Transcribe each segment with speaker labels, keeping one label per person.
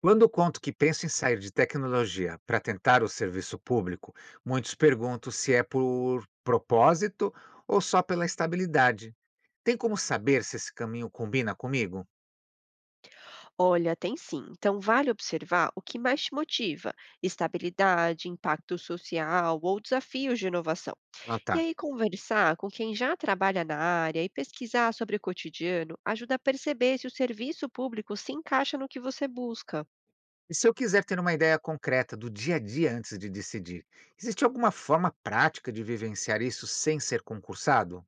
Speaker 1: Quando conto que penso em sair de tecnologia para tentar o serviço público, muitos perguntam se é por propósito ou só pela estabilidade. Tem como saber se esse caminho combina comigo?
Speaker 2: Olha, tem sim. Então, vale observar o que mais te motiva: estabilidade, impacto social ou desafios de inovação.
Speaker 1: Ah,
Speaker 2: E
Speaker 1: tá.
Speaker 2: aí, conversar com quem já trabalha na área e pesquisar sobre o cotidiano ajuda a perceber se o serviço público se encaixa no que você busca.
Speaker 1: E se eu quiser ter uma ideia concreta do dia a dia antes de decidir, existe alguma forma prática de vivenciar isso sem ser concursado?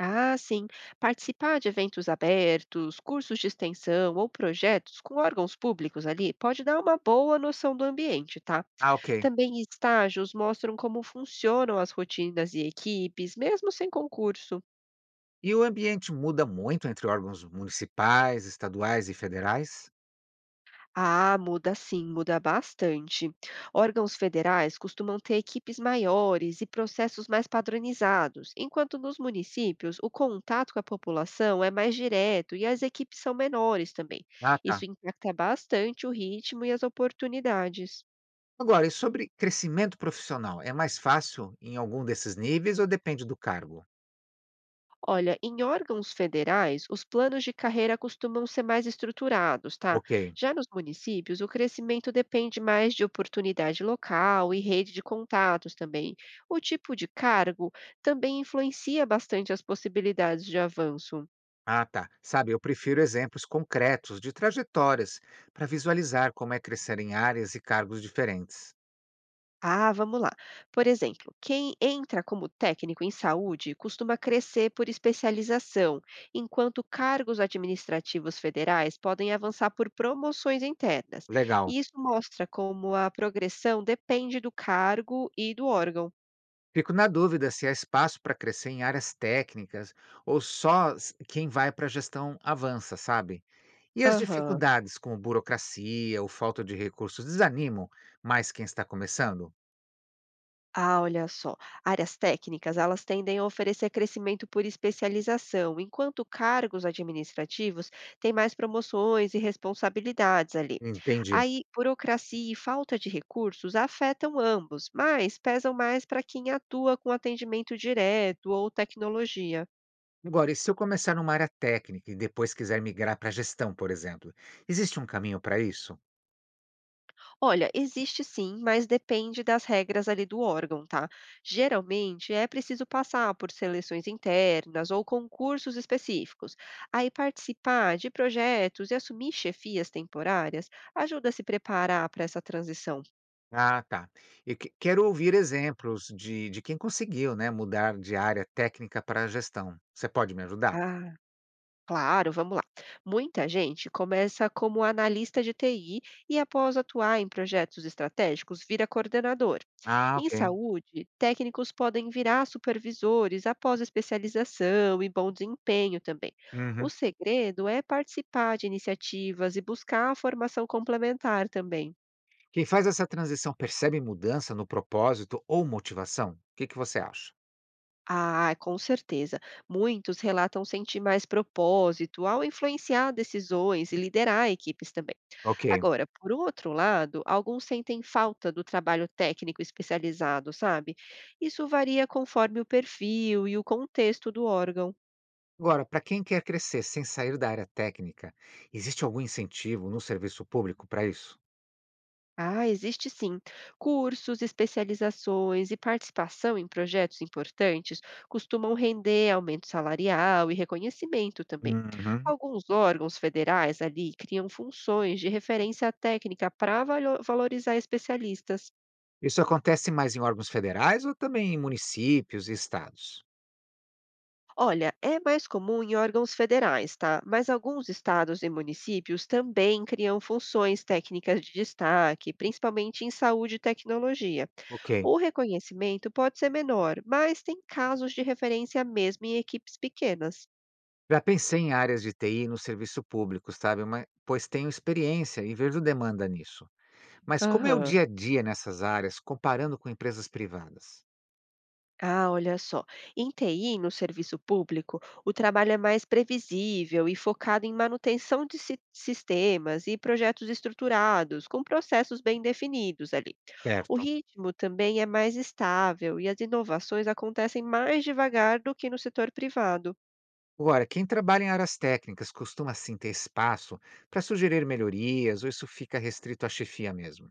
Speaker 2: Ah, sim, participar de eventos abertos, cursos de extensão ou projetos com órgãos públicos ali pode dar uma boa noção do ambiente, tá?
Speaker 1: Ah, ok.
Speaker 2: Também estágios mostram como funcionam as rotinas e equipes, mesmo sem concurso.
Speaker 1: E o ambiente muda muito entre órgãos municipais, estaduais e federais?
Speaker 2: Ah, muda sim, muda bastante. Órgãos federais costumam ter equipes maiores e processos mais padronizados, enquanto nos municípios o contato com a população é mais direto e as equipes são menores também.
Speaker 1: Ah,
Speaker 2: Isso
Speaker 1: tá.
Speaker 2: impacta bastante o ritmo e as oportunidades.
Speaker 1: Agora, e sobre crescimento profissional, é mais fácil em algum desses níveis ou depende do cargo?
Speaker 2: Olha, em órgãos federais, os planos de carreira costumam ser mais estruturados, tá?
Speaker 1: Ok.
Speaker 2: Já nos municípios, o crescimento depende mais de oportunidade local e rede de contatos também. O tipo de cargo também influencia bastante as possibilidades de avanço.
Speaker 1: Ah, tá. Sabe, eu prefiro exemplos concretos de trajetórias para visualizar como é crescer em áreas e cargos diferentes.
Speaker 2: Ah, vamos lá. Por exemplo, quem entra como técnico em saúde costuma crescer por especialização, enquanto cargos administrativos federais podem avançar por promoções internas.
Speaker 1: Legal.
Speaker 2: E isso mostra como a progressão depende do cargo e do órgão.
Speaker 1: Fico na dúvida se há espaço para crescer em áreas técnicas ou quem vai para a gestão avança, sabe? E as
Speaker 2: Aham.
Speaker 1: dificuldades como burocracia ou falta de recursos desanimam mais quem está começando?
Speaker 2: Ah, olha só. Áreas técnicas, elas tendem a oferecer crescimento por especialização, enquanto cargos administrativos têm mais promoções e responsabilidades ali.
Speaker 1: Entendi.
Speaker 2: Aí, burocracia e falta de recursos afetam ambos, mas pesam mais para quem atua com atendimento direto ou tecnologia.
Speaker 1: Agora, e se eu começar numa área técnica e depois quiser migrar para gestão, por exemplo, existe um caminho para isso?
Speaker 2: Olha, existe sim, mas depende das regras ali do órgão, tá? Geralmente é preciso passar por seleções internas ou concursos específicos. Aí participar de projetos e assumir chefias temporárias ajuda a se preparar para essa transição.
Speaker 1: Ah, tá. Quero ouvir exemplos de quem conseguiu, né, mudar de área técnica para gestão. Você pode me ajudar?
Speaker 2: Ah, claro, vamos lá. Muita gente começa como analista de TI e, após atuar em projetos estratégicos, vira coordenador.
Speaker 1: Ah,
Speaker 2: Em
Speaker 1: ok.
Speaker 2: saúde, técnicos podem virar supervisores após especialização e bom desempenho também. O
Speaker 1: Uhum.
Speaker 2: segredo é participar de iniciativas e buscar a formação complementar também.
Speaker 1: Quem faz essa transição percebe mudança no propósito ou motivação? O que você acha?
Speaker 2: Ah, com certeza. Muitos relatam sentir mais propósito ao influenciar decisões e liderar equipes também.
Speaker 1: Ok.
Speaker 2: Agora, por outro lado, alguns sentem falta do trabalho técnico especializado, sabe? Isso varia conforme o perfil e o contexto do órgão.
Speaker 1: Agora, para quem quer crescer sem sair da área técnica, existe algum incentivo no serviço público para isso?
Speaker 2: Ah, existe sim. Cursos, especializações e participação em projetos importantes costumam render aumento salarial e reconhecimento também.
Speaker 1: Uhum.
Speaker 2: Alguns órgãos federais ali criam funções de referência técnica para valorizar especialistas.
Speaker 1: Isso acontece mais em órgãos federais ou também em municípios e estados?
Speaker 2: Olha, é mais comum em órgãos federais, tá? Mas alguns estados e municípios também criam funções técnicas de destaque, principalmente em saúde e tecnologia.
Speaker 1: Ok.
Speaker 2: O reconhecimento pode ser menor, mas tem casos de referência mesmo em equipes pequenas.
Speaker 1: Já pensei em áreas de TI no serviço público, sabe? Mas, pois tenho experiência e vejo demanda nisso. Mas como é o
Speaker 2: Aham.
Speaker 1: dia a dia nessas áreas, comparando com empresas privadas?
Speaker 2: Ah, olha só. Em TI, no serviço público, o trabalho é mais previsível e focado em manutenção de sistemas e projetos estruturados, com processos bem definidos ali. O
Speaker 1: Certo.
Speaker 2: ritmo também é mais estável e as inovações acontecem mais devagar do que no setor privado.
Speaker 1: Agora, quem trabalha em áreas técnicas costuma sim ter espaço para sugerir melhorias ou isso fica restrito à chefia mesmo?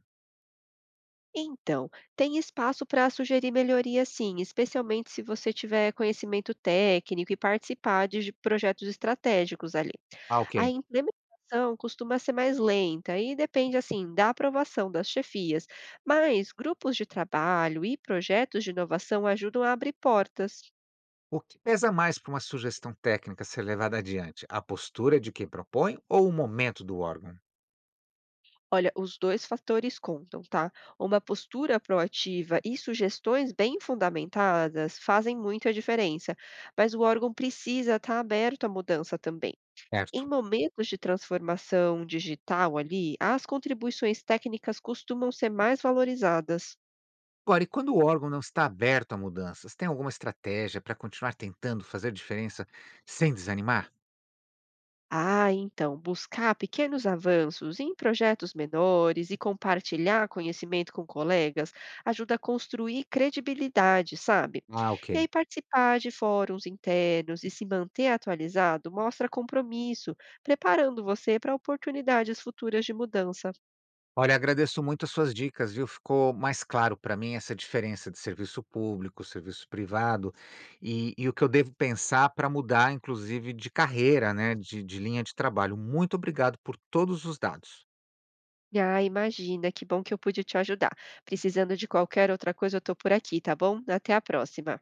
Speaker 2: Então, tem espaço para sugerir melhorias sim, especialmente se você tiver conhecimento técnico e participar de projetos estratégicos ali.
Speaker 1: Ah, ok.
Speaker 2: A implementação costuma ser mais lenta e depende assim da aprovação das chefias, mas grupos de trabalho e projetos de inovação ajudam a abrir portas.
Speaker 1: O que pesa mais para uma sugestão técnica ser levada adiante? A postura de quem propõe ou o momento do órgão?
Speaker 2: Olha, os 2 fatores contam, tá? Uma postura proativa e sugestões bem fundamentadas fazem muita diferença, mas o órgão precisa estar aberto à mudança também. Em
Speaker 1: Certo.
Speaker 2: momentos de transformação digital ali, as contribuições técnicas costumam ser mais valorizadas.
Speaker 1: Agora, e quando o órgão não está aberto a mudanças, tem alguma estratégia para continuar tentando fazer diferença sem desanimar?
Speaker 2: Ah, então, buscar pequenos avanços em projetos menores e compartilhar conhecimento com colegas ajuda a construir credibilidade, sabe?
Speaker 1: Ah, ok.
Speaker 2: E aí, participar de fóruns internos e se manter atualizado mostra compromisso, preparando você para oportunidades futuras de mudança.
Speaker 1: Olha, agradeço muito as suas dicas, viu? Ficou mais claro para mim essa diferença de serviço público, serviço privado e, o que eu devo pensar para mudar, inclusive, de carreira, né? De linha de trabalho. Muito obrigado por todos os dados.
Speaker 2: Ah, imagina, que bom que eu pude te ajudar. Precisando de qualquer outra coisa, eu estou por aqui, tá bom? Até a próxima.